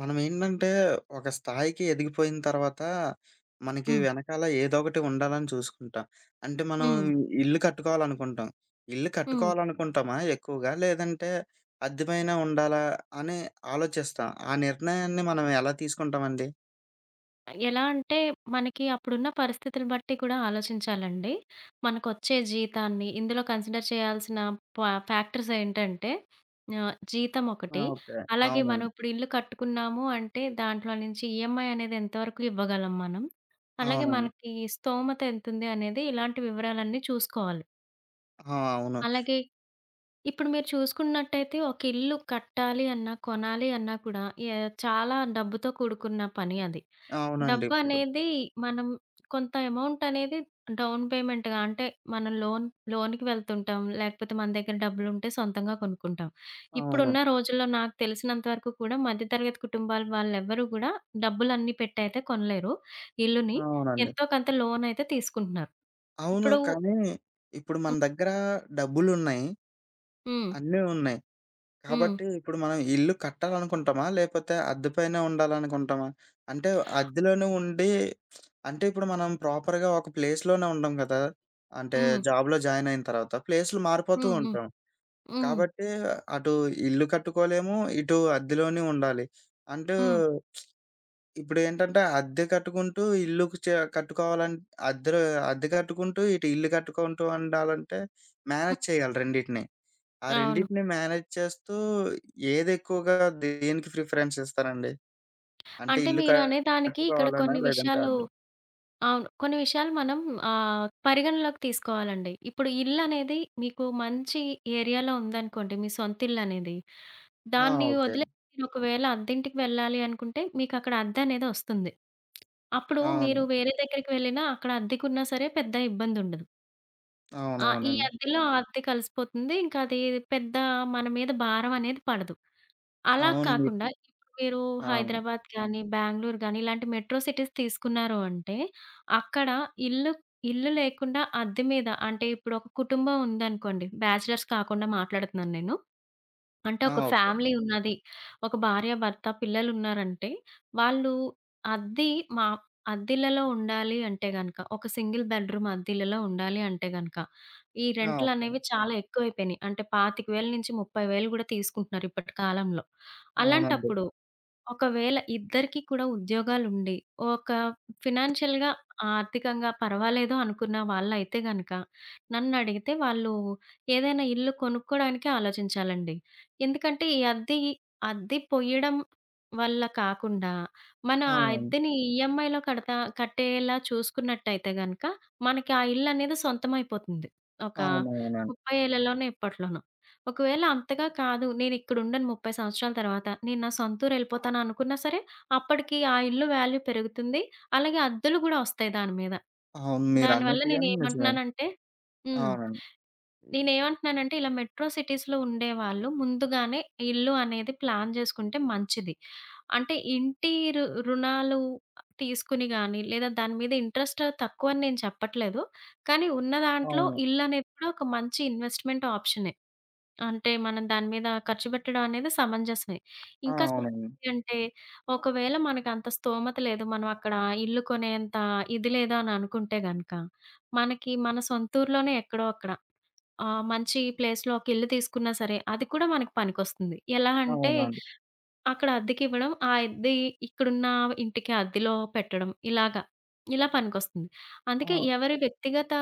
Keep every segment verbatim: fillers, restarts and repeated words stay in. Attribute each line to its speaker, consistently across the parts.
Speaker 1: మనమేంటంటే, ఒక స్థాయికి ఎదిగిపోయిన తర్వాత, మనకి
Speaker 2: హ్మ్.
Speaker 1: వెనకాల ఏదో ఒకటి ఉండాలని చూసుకుంటాం. అంటే మనం
Speaker 2: హ్మ్.
Speaker 1: ఇల్లు కట్టుకోవాలనుకుంటాం. ఇల్లు
Speaker 2: హ్మ్.
Speaker 1: కట్టుకోవాలనుకుంటామా ఎక్కువగా? లేదంటే అద్దె పైన ఉండాలా అని ఆలోచిస్తాం. ఆ నిర్ణయాన్ని మనం ఎలా తీసుకుంటామండి?
Speaker 2: ఎలా అంటే మనకి అప్పుడున్న పరిస్థితులు బట్టి కూడా ఆలోచించాలండి. మనకొచ్చే జీతాన్ని ఇందులో కన్సిడర్ చేయాల్సిన పా ఫ్యాక్టర్స్ ఏంటంటే ఆహ్, జీతం
Speaker 1: ఆ!
Speaker 2: ఒకటి.
Speaker 1: ఓకే.
Speaker 2: అలాగే మనం
Speaker 1: అవునండి.
Speaker 2: ఇప్పుడు ఇల్లు కట్టుకున్నాము అంటే దాంట్లో నుంచి ఈఎంఐ అనేది ఎంతవరకు ఇవ్వగలం మనం. అలాగే
Speaker 1: అవునండి.
Speaker 2: మనకి స్తోమత ఎంతుంది అనేది ఇలాంటి వివరాలన్నీ చూసుకోవాలి.
Speaker 1: ఆ! అవును.
Speaker 2: అలాగే ఇప్పుడు మీరు చూసుకున్నట్టయితే ఒక ఇల్లు కట్టాలి అన్నా, కొనాలి అన్నా కూడా యా చాలా డబ్బుతో కూడుకున్న పని అది.
Speaker 1: అవునండి.
Speaker 2: డబ్బు
Speaker 1: ఇప్పుడు
Speaker 2: అనేది మనం కొంత అమౌంట్ అనేది డౌన్ పేమెంట్‌గా అంటే మనం లోన్ లోన్‌కి వెళ్తుంటాం. లేకపోతే మన దగ్గర డబ్బులుంటే సొంతంగా కొనుక్కుంటాం.
Speaker 1: అవును.
Speaker 2: ఇప్పుడున్న రోజుల్లో నాకు తెలిసినంత వరకు కూడా మధ్య తరగతి కుటుంబాల వాళ్ళెవ్వరూ కూడా డబ్బులన్నీ పెట్టయితే కొనలేరు ఇల్లుని.
Speaker 1: అవునండి.
Speaker 2: ఎంతో కొంత లోన్ అయితే తీసుకుంటున్నారు.
Speaker 1: అవును.
Speaker 2: ఇప్పుడు.
Speaker 1: కానీ ఇప్పుడు మన
Speaker 2: హ్మ్.
Speaker 1: దగ్గర డబ్బులున్నాయి.
Speaker 2: హ్మ్.
Speaker 1: అన్నీ ఉన్నాయి.
Speaker 2: హ్మ్.
Speaker 1: కాబట్టి ఇప్పుడు మనం ఇల్లు కట్టాలనుకుంటామా? లేపోతే అద్దె పైనే ఉండాలనుకుంటామా? అంటే అద్దెలోనే ఉండి అంటే ఇప్పుడు మనం ప్రాపర్‌గా ఒక ప్లేస్‌లోనే ఉండం కదా! అంటే
Speaker 2: హ్మ్.
Speaker 1: జాబ్‌లో జాయిన్ అయిన తర్వాత ప్లేస్‌లు మారిపోతూ
Speaker 2: హ్మ్. హ్మ్.
Speaker 1: ఉంటాం.
Speaker 2: హ్మ్.
Speaker 1: కాబట్టి అటు ఇల్లు కట్టుకోలేము. ఇటు అద్దెలోనే ఉండాలి. అంటూ
Speaker 2: హ్మ్.
Speaker 1: ఇప్పుడేంటంటే అద్దె కట్టుకుంటూ ఇల్లుకు చే కట్టుకోవాలం అద్దె అద్దె కట్టుకుంటూ ఇటు ఇల్లు కట్టుకుంటూ ఉండాలంటే మేనేజ్
Speaker 2: హ్మ్.
Speaker 1: చేయాలి రెండిటిని. ఆ
Speaker 2: అవును.
Speaker 1: రెండిటిని మేనేజ్ చేస్తూ ఏదెక్కువగా దేనికి ప్రిఫరెన్స్ ఇస్తారండి? అంటే
Speaker 2: అంటే
Speaker 1: ఇల్లు
Speaker 2: మీరు అనేదానికి ఇక్కడ
Speaker 1: కట్టుకోవాలనా?
Speaker 2: కొన్ని
Speaker 1: లేదంటే
Speaker 2: విషయాలు.
Speaker 1: అది
Speaker 2: అవును. కొన్ని విషయాలు మనం ఆహ్, పరిగణలోకి తీసుకోవాలండి. ఇప్పుడు ఇల్లనేది మీకు మంచి ఏరియాలో ఉందనుకోండి మీ సొంత ఇల్లనేది.
Speaker 1: ఆ!
Speaker 2: దాన్ని
Speaker 1: ఓకే.
Speaker 2: వదిలేసి మీరొకవేళ అద్దింటికి వెళ్ళాలి అనుకుంటే మీకక్కడ అద్దనేది ఒస్తుంది. అప్పుడు
Speaker 1: అవును.
Speaker 2: మీరు వేరే దగ్గరికి వెళ్ళినా అక్కడ అద్దెకున్నా సరే పెద్ద ఇబ్బందుండదు. ఆ! ఈ
Speaker 1: అవునవునండి.
Speaker 2: అద్దెలో ఆ అద్దె కలిసిపోతుంది. ఇంకది పెద్ద మన మీద భారం అనేది పడదు. అలా
Speaker 1: అవును. మీ
Speaker 2: కాకుండా ఇప్పుడు మీరు
Speaker 1: అవును.
Speaker 2: హైదరాబాద్ గానీ, బెంగుళూరు గానీ ఇలాంటి మెట్రో సిటీస్ తీసుకున్నారు అంటే, అక్కడ ఇల్లు ఇల్లు లేకుండా అద్దె మీద అంటే ఇప్పుడు ఒక కుటుంబం ఉందనుకోండి. బ్యాచిలర్స్ కాకుండా మాట్లాడుతున్నాను నేను. అంటే
Speaker 1: ఆ!
Speaker 2: ఒక
Speaker 1: ఓకే.
Speaker 2: ఫ్యామిలీ ఉన్నది. ఒక భార్య, భర్త, పిల్లలున్నారంటే వాళ్ళు అద్ది మా అద్దిల్లలో ఉండాలి అంటే గనక, ఒక సింగిల్ బెడ్‌రూమ్ అద్దిల్లలో ఉండాలి అంటే గనక, ఈ
Speaker 1: ఆ! ఓకే.
Speaker 2: రెంట్‌లనేవి చాలా ఎక్కువైపోయినియి. అంటే ఇరవై ఐదు వేల నుంచి ముప్ఫై వేల గూడా తీసుకుంటున్నారు ఇప్పటి కాలంలో.
Speaker 1: అవునండి.
Speaker 2: అలాంటప్పుడు ఒకవేళ ఇద్దరికీ కూడా ఉద్యోగాలుండి, ఒక ఫినాన్షియల్‌గా ఆర్థికంగా పర్వాలేదు అనుకున్న వాళ్ళైతే గనక, నన్నడిగితే వాళ్ళు ఏదైనా ఇల్లు కొనుక్కోడానికే ఆలోచించాలండి. ఎందుకంటే ఈ అద్దె అద్దె పొయ్యడం వల్ల కాకుండా, మన ఆ
Speaker 1: అవునండి.
Speaker 2: అద్దెని ఈఎంఐలో కడతా కట్టేలా చూసుకున్నట్టయితే గనక, మనకి ఆ ఇల్లనేది సొంతమైపోతుంది. ఒక
Speaker 1: అవునవునండి.
Speaker 2: ముప్ఫై ఏళ్లలోనో, ఎప్పట్లోనో. ఒకవేళ అంతగా కాదు. నేనిక్కడుండను ముప్ఫై సంవత్సరాల తర్వాత. నేను నా సొంతూరు ఎళ్ళిపోతాననుకున్నా సరే, అప్పటికి ఆ ఇల్లు వాల్యూ పెరుగుతుంది. అలాగే అద్దెలు గూడా ఒస్తాయి దాని మీద.
Speaker 1: అవును.
Speaker 2: దానివల్ల
Speaker 1: మీరన్నట్టుగానే నిజమే.
Speaker 2: నేనేమంటున్నానంటే. హ్మ్.
Speaker 1: అవునండి.
Speaker 2: నేనేమంటున్నానంటే ఇలా మెట్రో సిటీస్‌లో ఉండేవాళ్ళు ముందుగానే ఇల్లు అనేది ప్లాన్ జేసుకుంటే మంచిది. అంటే ఇంటి రు రుణాలు తీసుకుని గాని, లేదా దాని మీద ఇంట్రెస్ట్ తక్కువని నేను చెప్పట్లేదు. కానీ ఉన్న దాంట్లో
Speaker 1: అవును.
Speaker 2: ఇల్లనేది కూడా ఒక మంచి ఇన్వెస్ట్‌మెంట్ ఆప్షనే. అంటే మనం దాని మీద ఖర్చు పెట్టడం అనేది సమంజసమే.
Speaker 1: ఆ!
Speaker 2: ఇంకా చెప్పాలి
Speaker 1: అవునండి.
Speaker 2: అంటే ఒకవేళ మనకంత స్థోమత లేదు. మనం అక్కడ ఇల్లు కొనేంత ఇది లేదు అని అనుకుంటే గనక, మనకి మన సొంత ఊర్లోనే ఎక్కడో అక్కడ ఆహ్, మంచి ప్లేస్‌లో ఒక ఇల్లు తీసుకున్నా సరే అది కూడా మనకు పనికొస్తుంది. ఎలా అంటే
Speaker 1: అవునండి.
Speaker 2: అక్కడ అద్దెకివ్వడం. ఆ అద్దె ఇక్కడున్న ఇంటికి అద్దెలో పెట్టడం. ఇలాగా. ఇలా పనికొస్తుంది.
Speaker 1: ఆ!
Speaker 2: అందుకే ఎవరి వ్యక్తిగత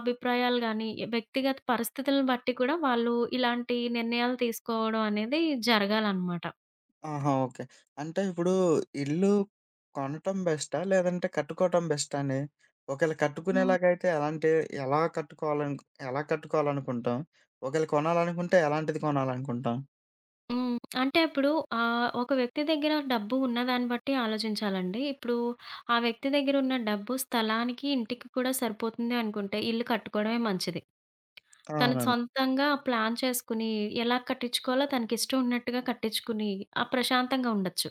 Speaker 2: అభిప్రాయాలు గాని, వ్యక్తిగత పరిస్థితులను బట్టి కూడా వాళ్ళు ఇలాంటి నిర్ణయాలు తీసుకోవడం అనేది జరగాలనమాట.
Speaker 1: ఆహా! ఓకే. అంటే ఇప్పుడు ఇల్లు కొనటం బెస్టా? లేదంటే కట్టుకోవటం బెస్టా అండి? ఒకవేళ
Speaker 2: హ్మ్.
Speaker 1: కట్టుకునేలాగైతే ఎలాంటి ఎలా కట్టుకోవాలనుకు ఎలా కట్టుకోవాలనుకుంటాం? ఒకవేళ కొనాలనుకుంటే ఎలాంటిది కొనాలనుకుంటాం?
Speaker 2: హ్మ్. అంటే ఇప్పుడు ఆహ్, ఒక వ్యక్తి దగ్గర డబ్బు ఉన్నదాన్ని బట్టి ఆలోచించాలండి. ఇప్పుడు ఆ వ్యక్తి దగ్గరున్న డబ్బు స్థలానికి, ఇంటికి కూడా సరిపోతుంది అనుకుంటే ఇల్లు కట్టుకోవడమే మంచిది. తను
Speaker 1: అవునండి.
Speaker 2: సొంతంగా ప్లాన్ చేసుకుని, ఎలా కట్టించుకోవాలో తనకిష్టం ఉన్నట్టుగా కట్టించుకుని, ఆ ప్రశాంతంగా ఉండొచ్చు.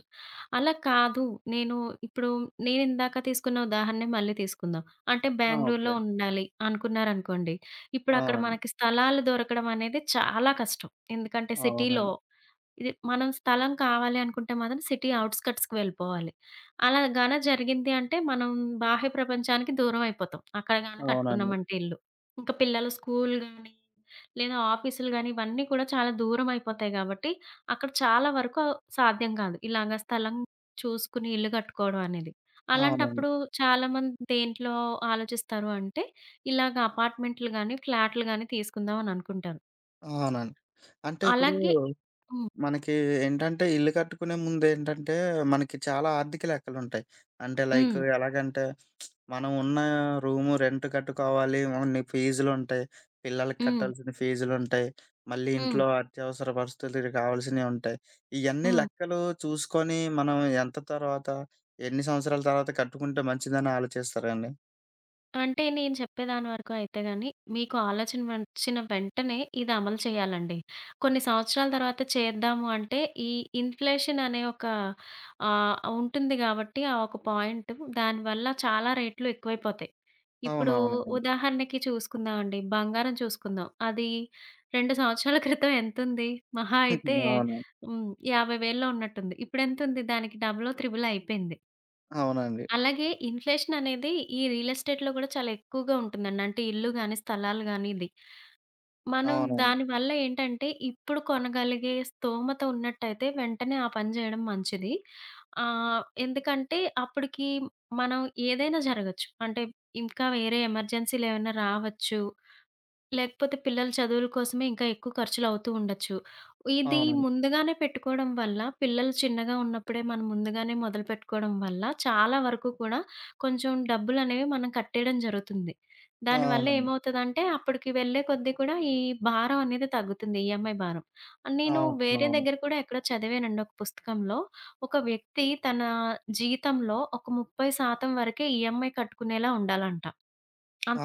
Speaker 2: అలా కాదు, నేను ఇప్పుడు నేనిందాక తీసుకున్న ఉదాహరణే మళ్ళీ తీసుకుందాం. అంటే
Speaker 1: ఆ! ఓకే.
Speaker 2: బెంగుళూరులో ఉండాలి అనుకున్నారనుకోండి. ఇప్పుడు అక్కడ
Speaker 1: అవునండి.
Speaker 2: మనకి స్థలాలు దొరకడం అనేది చాలా కష్టం. ఎందుకంటే సిటీలో
Speaker 1: అవునండి.
Speaker 2: ఇది మనం స్థలం కావాలి అనుకుంటే మాత్రం సిటీ ఔట్‌స్కట్స్‌కి వెళ్ళిపోవాలి. అలా గాన జరిగింది అంటే మనం బాహ్య ప్రపంచానికి దూరం అయిపోతాం. అక్కడ గాన
Speaker 1: అవునండి.
Speaker 2: కట్టుకున్నామంటే ఇల్లు. ఇంకా పిల్లలు స్కూల్ గాని, లేదా ఆఫీసులు గాని ఇవన్నీ కూడా చాలా దూరం అయిపోతాయి కాబట్టి, అక్కడ చాలా వరకు సాధ్యం కాదు. ఇలాగ స్థలం చూసుకుని ఇల్లు కట్టుకోవడం అనేది.
Speaker 1: అవునండి. అవునండి.
Speaker 2: అలాంటప్పుడు చాలామంది దేంట్లో ఆలోచిస్తారు అంటే, ఇలాగ అపార్ట్‌మెంట్లు గాని, ఫ్లాట్లు గాని తీసుకుందాం అని అనుకుంటారు.
Speaker 1: అవునండి. అంటే ఇప్పుడు
Speaker 2: అలాగే. హ్మ్.
Speaker 1: మనకి ఏంటంటే ఇల్లు కట్టుకునే ముందేంటంటే, మనకి చాలా ఆర్థిక లెక్కలుంటాయి. అంటే లైక్
Speaker 2: హ్మ్.
Speaker 1: ఎలాగంటే, మనం ఉన్న రూము రెంట్ కట్టుకోవాలి. ఓన్లీ ఫీజులుంటాయి. పిల్లలకి
Speaker 2: హ్మ్.
Speaker 1: కట్టాల్సిన ఫీజులుంటాయి. మళ్ళీ
Speaker 2: హ్మ్.
Speaker 1: ఇంట్లో అత్యవసర పరిస్థితులకి కావాల్సినయి ఉంటాయి. ఇయన్నీ
Speaker 2: హ్మ్.
Speaker 1: లెక్కలు చూసుకొని మనం ఎంత తర్వాత, ఎన్ని సంవత్సరాల తర్వాత కట్టుకుంటే మంచిదని ఆలోచిస్తారండి.
Speaker 2: అంటే నేను చెప్పేదాని వరకు అయితే గాని, మీకు ఆలోచన వచ్చిన వెంటనే ఇది అమలు చేయాలండి. కొన్ని సంవత్సరాల తర్వాత చేద్దాము అంటే, ఈ ఇన్‌ఫ్లేషన్ అనే ఒక ఆహ్, ఉంటుంది గాబట్టి ఆ ఒక పాయింట్ దానివల్ల చాలా రేట్లు ఎక్కువైపోతాయి. ఇప్పుడు
Speaker 1: అవునవునండి.
Speaker 2: ఉదాహరణకి చూసుకుందామండి. బంగారం చూసుకుందాం. అది రెండు సంవత్సరాల క్రితం ఎంతుంది? మహా అయితే
Speaker 1: అవును.
Speaker 2: హ్మ్. 50,000లో ఉన్నట్టుంది. ఇప్పుడెంతుంది? దానికి డబలో, త్రిబుల్ అయిపోయింది.
Speaker 1: అవునండి.
Speaker 2: అలాగే ఇన్ఫ్లేషన్ అనేది ఈ రియల్ ఎస్టేట్‌లో గూడా చాలా ఎక్కువగా ఉంటుందండి. అంటే ఇల్లు గాని, స్థలాలు గాని ఇది. మనం
Speaker 1: అవునండి.
Speaker 2: దానివల్ల ఏంటంటే ఇప్పుడు కొనగలిగే స్తోమత ఉన్నట్టయితే వెంటనే ఆ పని జేయడం మంచిది. ఆహ్, ఎందుకంటే అప్పటికి మనం ఏదైనా జరగొచ్చు. అంటే ఇంకా వేరే ఎమర్జెన్సీ‌లేమైనా రావచ్చు. లేకపోతే పిల్లల చదువుల కోసమే ఇంకా ఎక్కువ ఖర్చులవుతూ ఉండొచ్చు. ఇది
Speaker 1: అవునండి. అవునండి.
Speaker 2: ముందుగానే పెట్టుకోవడం వల్ల, పిల్లలు చిన్నగా ఉన్నప్పుడే మనం ముందుగానే మొదలుపెట్టుకోవడం వల్ల, చాలా వరకు కూడా కొంచెం డబ్బులనేవి మనం కట్టేయడం జరుగుతుంది. దానివల్ల
Speaker 1: అవునండి.
Speaker 2: ఏమవుతదంటే, అప్పటికి వెళ్ళే కొద్దీ కూడా ఈ భారం అనేది తగ్గుతుంది ఈఎంఐ భారం. నేను వేరే
Speaker 1: అవునవును.
Speaker 2: దగ్గర కూడా ఎక్కడో చదివానండి ఒక పుస్తకంలో. ఒక వ్యక్తి తన జీతంలో ఒక ముప్ఫై శాతం వరకే ఈఎంఐ కట్టుకునేలా ఉండాలంట.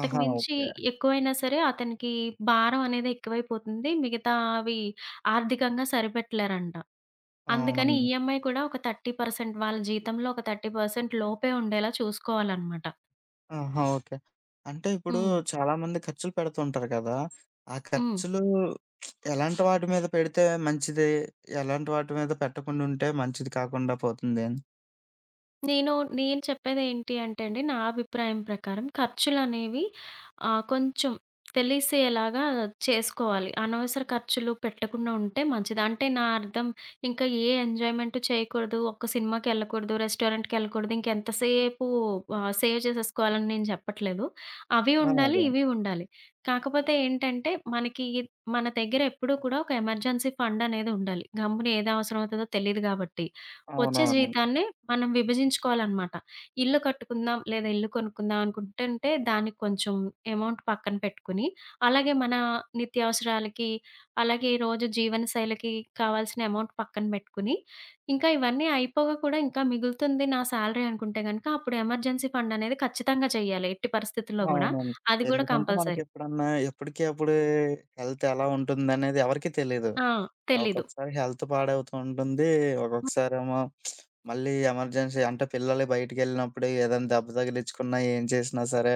Speaker 1: ఆహా! ఓకే.
Speaker 2: ఎక్కువైనా సరే అతనికి భారం అనేది ఎక్కువైపోతుంది. మిగతావి ఆర్థికంగా సరిపెట్టలేరంట. అందుకని
Speaker 1: అవునండి.
Speaker 2: ఈఎంఐ కూడా ఒక ముప్ఫై శాతం వాళ్ళ జీతంలో ఒక ముప్ఫై శాతం లోపే ఉండేలా చూసుకోవాలనమాట.
Speaker 1: ఆహా! ఓకే. అంటే ఇప్పుడు
Speaker 2: హ్మ్.
Speaker 1: చాలామంది ఖర్చులు పెడుతుంటారు కదా! ఆ
Speaker 2: హ్మ్.
Speaker 1: ఖర్చులు ఎలాంటి వాటి మీద పెడితే మంచిది? ఎలాంటి వాటి మీద పెట్టకుండా ఉంటే మంచిది కాకుండా పోతుంది అని?
Speaker 2: నేను, నేను చెప్పేదేంటి అంటే అండి, నా అభిప్రాయం ప్రకారం ఖర్చులనేవి ఆహ్, కొంచెం తెలిసేలాగా చేసుకోవాలి. అనవసర ఖర్చులు పెట్టకుండా ఉంటే మంచిది. అంటే నా అర్థం ఇంకా ఏ ఎంజాయ్‌మెంట్ చేయకూడదు. ఒక్క సినిమాకెళ్ళకూడదు, రెస్టారెంట్‌కెళ్ళకూడదు. ఇంకెంతసేపు ఆహ్, సేవ్ చేసేసుకోవాలని నేను చెప్పట్లేదు. అవి
Speaker 1: ఆ!
Speaker 2: ఉండాలి,
Speaker 1: అదే.
Speaker 2: ఇవి ఉండాలి. కాకపోతే ఏంటంటే, మనకి మన దగ్గర ఎప్పుడూ కూడా ఒక ఎమర్జెన్సీ ఫండ్ అనేది ఉండాలి. గమ్మున ఏది అవసరం అవుతదో తెలీదు గాబట్టి. వచ్చే
Speaker 1: అవునవునండి.
Speaker 2: జీవితాన్ని మనం విభజించుకోవాలనమాట. ఇల్లు కట్టుకుందాం, లేదా ఇల్లు కొనుక్కుందాం అనుకుంటుంటే దానికి కొంచెం అమౌంట్ పక్కన పెట్టుకొని, అలాగే మన నిత్యావసరాలకి, అలాగే ఈ రోజు జీవనశైలికి కావాల్సిన అమౌంట్ పక్కన పెట్టుకొని, ఇంకా ఇవన్నీ అయిపోగా కూడా ఇంకా మిగులుతుంది నా సాలరీ అనుకుంటే గనక, అప్పుడు ఎమర్జెన్సీ ఫండ్ అనేది ఖచ్చితంగా చేయాలి. ఎట్టి పరిస్థితుల్లో గూడా.
Speaker 1: అవునండి.
Speaker 2: అది గూడా
Speaker 1: ఎందుకంటే
Speaker 2: కంపల్సరీ.
Speaker 1: మనకెప్పుడన్నా ఎప్పటికి అప్పుడు హెల్త్ ఎలా ఉంటుందనేది ఎవరికీ తెలీదు.
Speaker 2: ఆ! తెలీదు.
Speaker 1: ఒక్కొక్కసారి హెల్త్ పాడవుతూ ఉంటుంది. ఒక్కొక్కసారేమో మళ్ళీ ఎమర్జెన్సీ అంటే పిల్లలు బయటికెళ్ళినప్పుడు ఏదైనా దెబ్బ తగిలించుకున్నా, ఏం చేసినా సరే,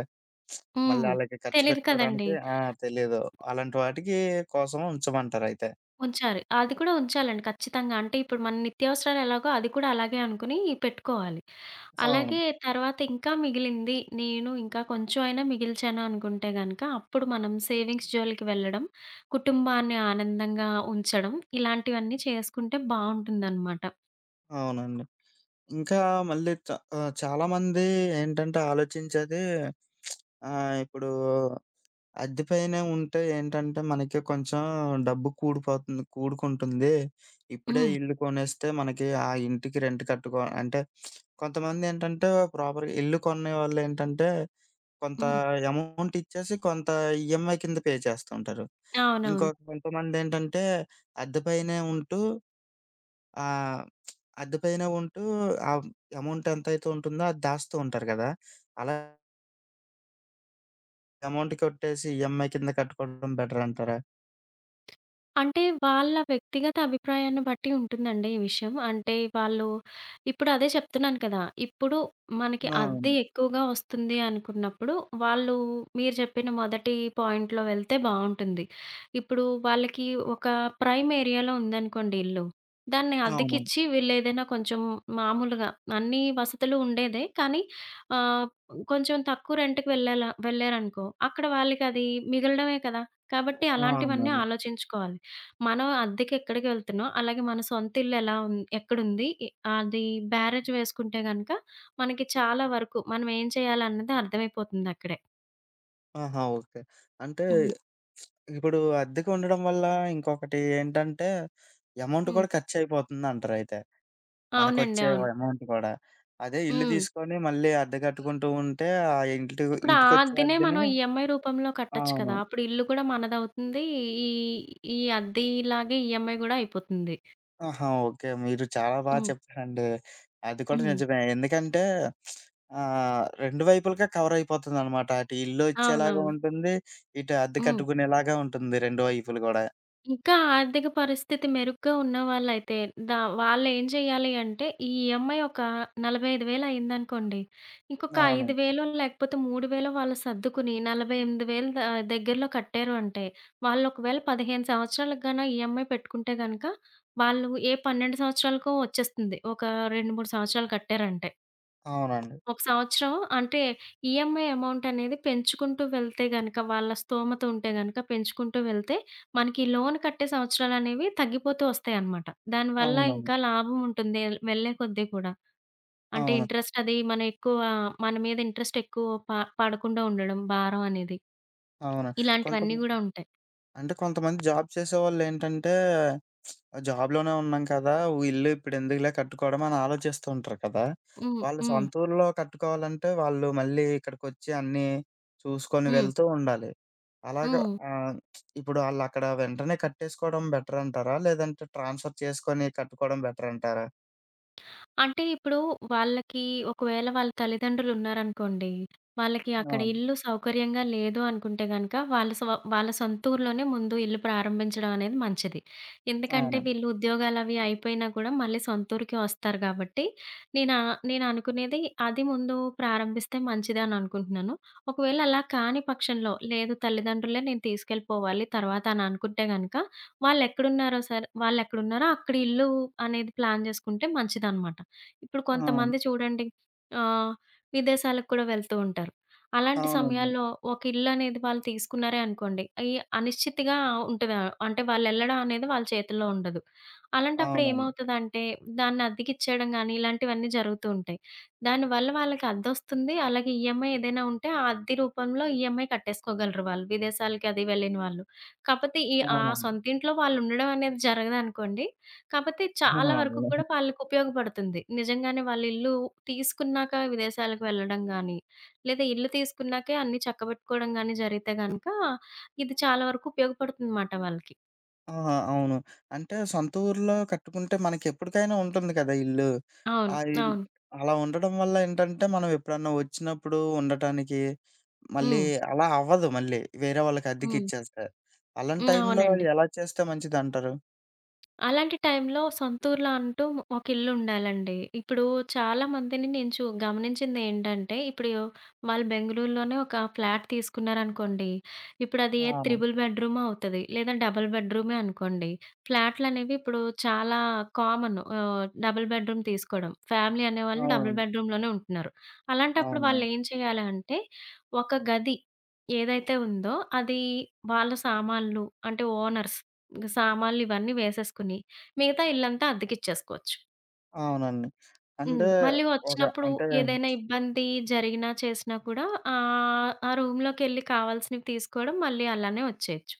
Speaker 1: మళ్ళీ
Speaker 2: హ్మ్.
Speaker 1: ఆళ్ళకి ఖర్చు
Speaker 2: తెలీదు కదండీ!
Speaker 1: పెట్టుకోడానికి ఆ! తెలీదు. అలాంటి వాటికి కోసం ఉంచమంటారయితే.
Speaker 2: ఉంచాలి. అది కూడా ఉంచాలండి ఖచ్చితంగా. అంటే ఇప్పుడు మన నిత్యావసరాలు ఎలాగో అది కూడా అలాగే అనుకుని పెట్టుకోవాలి.
Speaker 1: అవును.
Speaker 2: అలాగే తర్వాత ఇంకా మిగిలింది నేను ఇంకా కొంచెం అయినా మిగిల్చాను అనుకుంటే గనక అప్పుడు మనం సేవింగ్స్ జోలికి వెళ్ళడం, కుటుంబాన్ని ఆనందంగా ఉంచడం ఇలాంటివన్నీ చేసుకుంటే బావుంటుందనమాట.
Speaker 1: అవునండి. ఇంకా మళ్ళీ చ ఆహ్, చాలామంది ఏంటంటే ఆలోచించేది ఆహ్, ఇప్పుడు అద్దె పైన ఉంటే ఏంటంటే, మనకి కొంచెం డబ్బు కూడిపోతుంది కూడుకుంటుంది. ఇప్పుడే
Speaker 2: హ్మ్.
Speaker 1: ఇల్లు కొనేస్తే మనకి ఆ ఇంటికి రెంట్ కట్టుకో అంటే కొంతమందేంటంటే ప్రాపర్‌గా ఇల్లు కొనేవాళ్ళేంటంటే, కొంత
Speaker 2: హ్మ్.
Speaker 1: అమౌంట్ ఇచ్చేసి కొంత ఈఎంఐ కింద పే చేస్తుంటారు. ఇంకో
Speaker 2: అవునవును.
Speaker 1: కొంతమందేంటంటే అద్దె పైనే ఉంటూ ఆహ్, అద్దె పైన ఉంటూ ఆ అమౌంట్ ఎంతైతే ఉంటుందో అది దాస్తూ ఉంటారు కదా! అలా అమౌంట్ కొట్టేసి ఈఎంఐ కింద కట్టుకోవడం బెటర్ అంటారా?
Speaker 2: అంటే వాళ్ళ వ్యక్తిగత అభిప్రాయాన్ని బట్టి ఉంటుందండి ఈ విషయం. అంటే వాళ్ళు ఇప్పుడు అదే చెప్తున్నాను కదా! ఇప్పుడు మనకి
Speaker 1: అవును.
Speaker 2: అద్దె ఎక్కువగా వస్తుంది అనుకున్నప్పుడు వాళ్ళు మీరు చెప్పిన మొదటి పాయింట్‌లో వెళ్తే బావుంటుంది. ఇప్పుడు వాళ్ళకి ఒక ప్రైమ్ ఏరియాలో ఉందనుకోండి ఇల్లు. దాన్ని
Speaker 1: అవునవును.
Speaker 2: అద్దెకిచ్చి వీళ్ళేదైనా కొంచెం మామూలుగా అన్ని వసతులు ఉండేదే. కానీ ఆహ్, కొంచెం తక్కువ రెంట్‌కి వెళ్ళేలా వెళ్ళారనుకో అక్కడ వాళ్ళకది మిగలడమే కదా! కాబట్టి
Speaker 1: ఆ!
Speaker 2: అలాంటివన్నీ
Speaker 1: అవునవును.
Speaker 2: ఆలోచించుకోవాలి. మనం అద్దెకెక్కడికి వెళ్తున్నాం, అలాగే మన సొంత ఇల్లు ఎలా ఉన్ ఎక్కడుంది, ఎ అది బేరేజ్ వేసుకుంటే గనక మనకి చాలా వరకు మనం ఏం చేయాలన్నది అర్థమైపోతుందక్కడే.
Speaker 1: ఆహా! ఓకే. అంటే
Speaker 2: హ్మ్.
Speaker 1: ఇప్పుడు అద్దెకు ఉండడం వల్ల ఇంకొకటి ఏంటంటే, ఎమౌంట్
Speaker 2: హ్మ్.
Speaker 1: కూడా ఖర్చయిపోతుందంటారయితే.
Speaker 2: అవునండి.
Speaker 1: మనకొచ్చే
Speaker 2: అవును.
Speaker 1: ఎమౌంట్ కూడా. అదే ఇల్లు
Speaker 2: హ్మ్.
Speaker 1: తీసుకొని మళ్ళీ అద్దె కట్టుకుంటూ ఉంటే, ఆ ఇంటి
Speaker 2: ఇప్పుడు ఆ
Speaker 1: ఇంటికొచ్చే
Speaker 2: అద్దెనే
Speaker 1: అద్దెని
Speaker 2: మనం ఈఎంఐ రూపంలో కట్టొచ్చు
Speaker 1: అవును.
Speaker 2: కదా! అప్పుడు ఇల్లు కూడా మనదవుతుంది. ఈ ఈ అద్దెలాగే ఈఎంఐ గూడా అయిపోతుంది.
Speaker 1: ఆహా! ఓకే. మీరు చాలా బా
Speaker 2: హ్మ్.
Speaker 1: చెప్పారండి. అది కూడా
Speaker 2: హ్మ్.
Speaker 1: నిజమే. ఎందుకంటే ఆహ్, రెండు వైపులుగా కవరయిపోతుందనమాట. అటు ఇల్లు ఇచ్చేలాగా
Speaker 2: అవునవును.
Speaker 1: ఉంటుంది, ఇటు అద్దె
Speaker 2: హ్మ్.
Speaker 1: కట్టుకునేలాగా ఉంటుంది రెండు వైపులు గూడా.
Speaker 2: ఇంకా ఆర్థిక పరిస్థితి మెరుగ్గా ఉన్నవాళ్ళైతే దా వాళ్ళేం చేయాలి అంటే, ఈ ఈఎంఐ ఒక నలభై ఐదు వేల అయిందనుకోండి. ఇంకొక
Speaker 1: అవును.
Speaker 2: ఐదు వేలు లేకపోతే మూడు వేలు వాళ్ళు సర్దుకుని నలభై ఎనిమిది వేల ద దగ్గరలో కట్టారు అంటే, వాళ్ళు ఒకవేళ పదిహేను సంవత్సరాలకు గాన ఈఎంఐ పెట్టుకుంటే గనక, వాళ్ళు ఏ పన్నెండు సంవత్సరాలకో వచ్చేస్తుంది. ఒక రెండు, మూడు సంవత్సరాలు కట్టారంటే.
Speaker 1: అవునండి.
Speaker 2: ఒక సంవత్సరం అంటే ఈఎంఐ అమౌంట్ అనేది పెంచుకుంటూ వెళ్తే గనక, వాళ్ళ స్తోమత ఉంటే గనక పెంచుకుంటూ వెళ్తే, మనకి లోన్ కట్టే సంవత్సరాలనేవి తగ్గిపోతూ వస్తాయన్నమాట. దానివల్ల
Speaker 1: అవునవును.
Speaker 2: ఇంకా లాభం ఉంటుంది ఎల్ వెళ్ళే కొద్దీ కూడా. అంటే
Speaker 1: అవును.
Speaker 2: ఇంట్రెస్ట్ అది మనం ఎక్కువ మన మీద ఇంట్రెస్ట్ ఎక్కువ ప పడకుండా ఉండడం భారం అనేది.
Speaker 1: అవును.
Speaker 2: ఇలాంటివన్నీ
Speaker 1: కొంతమం
Speaker 2: గూడా ఉంటాయి.
Speaker 1: అంటే కొంతమంది జాబ్ చేసేవాళ్ళేంటంటే, జాబ్‌లోనే ఉన్నాం కదా! ఓ ఇల్లు ఇప్పుడెందుకులే కట్టుకోవడం అని ఆలోచిస్తూ ఉంటారు కదా!
Speaker 2: హ్మ్.
Speaker 1: వాళ్ళు
Speaker 2: హ్మ్.
Speaker 1: సొంత ఊర్లో కట్టుకోవాలంటే వాళ్ళు మళ్ళీ ఇక్కడికొచ్చి అన్నీ చూసుకొని
Speaker 2: హ్మ్.
Speaker 1: వెళ్తూ ఉండాలి. అలాగా
Speaker 2: హ్మ్.
Speaker 1: ఆహ్, ఇప్పుడు ఆళ్ళక్కడ వెంటనే కట్టేసుకోవడం బెటర్ అంటారా? లేదంటే ట్రాన్స్‌ఫర్ చేసుకొని కట్టుకోవడం బెటర్ అంటారా?
Speaker 2: అంటే ఇప్పుడు వాళ్ళకి ఒకవేళ వాళ్ళ తల్లిదండ్రులు ఉన్నారనుకోండి. వాళ్ళకి అక్కడ
Speaker 1: అవును.
Speaker 2: ఇల్లు సౌకర్యంగా లేదు అనుకుంటే గనక, వాళ్ళ స్వ వాళ్ళ సొంత ఊర్లోనే ముందు ఇల్లు ప్రారంభించడం అనేది మంచిది. ఎందుకంటే
Speaker 1: అవునండి.
Speaker 2: వీళ్ళు ఉద్యోగాలవి అయిపోయినా కూడా మళ్ళీ సొంత ఊరికే వస్తారు కాబట్టి, నేనా నేననుకునేది అది ముందు ప్రారంభిస్తే మంచిది అని అనుకుంటున్నాను. ఒకవేళ అలా కాని పక్షంలో, లేదు తల్లిదండ్రులే నేను తీసుకెళ్ళిపోవాలి తర్వాత అని అనుకుంటే గనక, వాళ్ళెక్కడున్నారో సరే వాళ్ళెక్కడున్నారో అక్కడ ఇల్లు అనేది ప్లాన్ జేసుకుంటే మంచిదనమాట. ఇప్పుడు
Speaker 1: అవును.
Speaker 2: కొంతమంది చూడండి ఆహ్, విదేశాలకు కూడా వెళ్తూ ఉంటారు. అలాంటి
Speaker 1: అవునండి.
Speaker 2: సమయాల్లో ఒక ఇల్లనేది వాళ్ళు తీసుకున్నారే అనుకోండి, ఈ అనిశ్చితిగా ఉంటది. అంటే వాళ్ళెళ్ళడం అనేది వాళ్ళ చేతుల్లో ఉండదు. అలాంటప్పుడు
Speaker 1: అవునండి.
Speaker 2: ఏమవుతదంటే దాన్ని అద్దెకిచ్చేయడం గానీ, ఇలాంటివన్నీ జరుగుతూ ఉంటాయి. దానివల్ల వాళ్ళకి అద్దొస్తుంది. అలాగే ఈఎంఐ ఏదైనా ఉంటే ఆ అద్దె రూపంలో ఈఎంఐ కట్టేసుకోగలరు వాళ్ళు. విదేశాలకి అది వెళ్ళిన వాళ్ళు. కాపోతే ఈ ఆ
Speaker 1: అవునండి.
Speaker 2: సొంతింట్లో వాళ్ళుండడం అనేది జరగదనుకోండి, కాపోతే చాలా వరకు
Speaker 1: అవును.
Speaker 2: కూడా వాళ్ళకుపయోగపడుతుంది. నిజంగానే వాళ్ళ ఇల్లు తీసుకున్నాక విదేశాలకు వెళ్ళడం గానీ, లేదా ఇల్లు తీసుకున్నాకే అన్నీ చక్కబెట్టుకోవడం గానీ జరిగితే గనక, ఇది చాలా వరకు ఉపయోగపడుతుందన్నమాట వాళ్ళకి.
Speaker 1: ఆ! అవును. అంటే సొంత ఊర్లో కట్టుకుంటే మనకెప్పటికైనా ఉంటుంది కదా! ఇల్లు.
Speaker 2: అవును.
Speaker 1: ఆ ఇల్
Speaker 2: అవును.
Speaker 1: అలా ఉండడం వల్ల ఏంటంటే, మనం ఎప్పుడన్నా వచ్చినప్పుడు ఉండటానికి, మళ్ళీ
Speaker 2: హ్మ్.
Speaker 1: అలా అవ్వదు మళ్ళీ. వేరే వాళ్ళకి
Speaker 2: హ్మ్.
Speaker 1: అద్దెకిచ్చేస్తే. అలాంటి
Speaker 2: హ్మ్.
Speaker 1: టైంలో
Speaker 2: అవునండి.
Speaker 1: ఎలా చేస్తే మంచిదంటారు?
Speaker 2: అలాంటి టైంలో సొంతూరులో అంటూ ఒక ఇల్లుండాలండి. ఇప్పుడు చాలా మందిని నేను చు గమనించిందేంటంటే, ఇప్పుడు వాళ్ళు బెంగుళూరులోనే ఒక ఫ్లాట్ తీసుకున్నారనుకోండి. ఇప్పుడది ఏ
Speaker 1: అవును.
Speaker 2: త్రిబుల్ బెడ్‌రూమ్ అవుతది. లేదా డబుల్ బెడ్‌రూమే అనుకోండి. ఫ్లాట్‌లనేవి ఇప్పుడు చాలా కామన్ ఆహ్, డబుల్ బెడ్‌రూమ్ తీసుకోవడం. ఫ్యామిలీ అనేవాళ్ళు డబుల్
Speaker 1: అవునండి.
Speaker 2: బెడ్‌రూమ్‌లోనే ఉంటున్నారు. అలాంటప్పుడు
Speaker 1: అవునవును.
Speaker 2: వాళ్ళేం చేయాలి అంటే, ఒక గది ఏదైతే ఉందో అది వాళ్ళ సామాన్లు అంటే ఓనర్స్ ఇంక సామాన్లు ఇవన్నీ వేసేసుకొని, మిగతా ఇల్లంతా అద్దెకిచ్చేసుకోవచ్చు.
Speaker 1: అవునండి.
Speaker 2: హ్మ్.
Speaker 1: అంటే
Speaker 2: మళ్ళీ
Speaker 1: ఒక
Speaker 2: వచ్చినప్పుడు
Speaker 1: అంటే
Speaker 2: ఏదైనా ఇబ్బంది జరిగినా, చేసినా కూడా ఆహ్, ఆ రూమ్‌లోకెళ్ళి కావాల్సినవి తీసుకోవడం, మళ్ళీ అలానే వచ్చేయొచ్చు.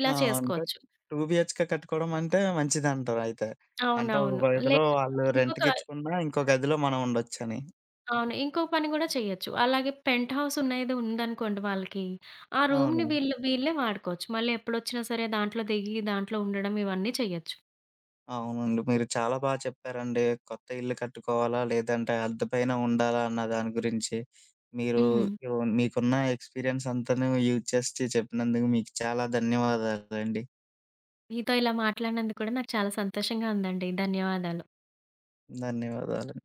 Speaker 2: ఇలా
Speaker 1: ఆ! అంటే
Speaker 2: చేసుకోవచ్చు.
Speaker 1: రెండు బీహెచ్‌కే కట్టుకోవడం అంటే మంచిదంటారయితే. అంటే ఒక
Speaker 2: అవునవును.
Speaker 1: గదిలో
Speaker 2: లేదా
Speaker 1: వాళ్ళు
Speaker 2: ఇంకొక
Speaker 1: రెంట్‌కిచ్చుకున్నా, ఇంకో గదిలో మనం ఉండొచ్చని.
Speaker 2: అవును. ఇంకో పని కూడా చెయ్యొచ్చు. అలాగే పెంట్ హౌస్ ఉన్నది ఉందనుకోండి వాళ్ళకి, ఆ
Speaker 1: అవునా?
Speaker 2: రూమ్‌ని వీళ్ళు వీళ్ళే వాడుకోవచ్చు. మళ్ళీ ఎప్పుడొచ్చినా సరే దాంట్లో దిగి, దాంట్లో ఉండడం ఇవన్నీ చెయ్యొచ్చు.
Speaker 1: అవునండి. మీరు చాలా బా చెప్పారండి. కొత్త ఇల్లు కట్టుకోవాలా? లేదంటే అద్దె పైన ఉండాలా? అన్న దాని గురించి మీరు
Speaker 2: హ్మ్.
Speaker 1: యు మీకున్న ఎక్స్‌పీరియన్స్ అంతాను యూజ్ చేసి చెప్పినందుకు మీకు చాలా ధన్యవాదాలండి.
Speaker 2: మీతో ఇలా మాట్లాడినందుకు కూడా నాకు చాలా సంతోషంగా ఉందండి. ధన్యవాదాలు.
Speaker 1: ధన్యవాదాలు.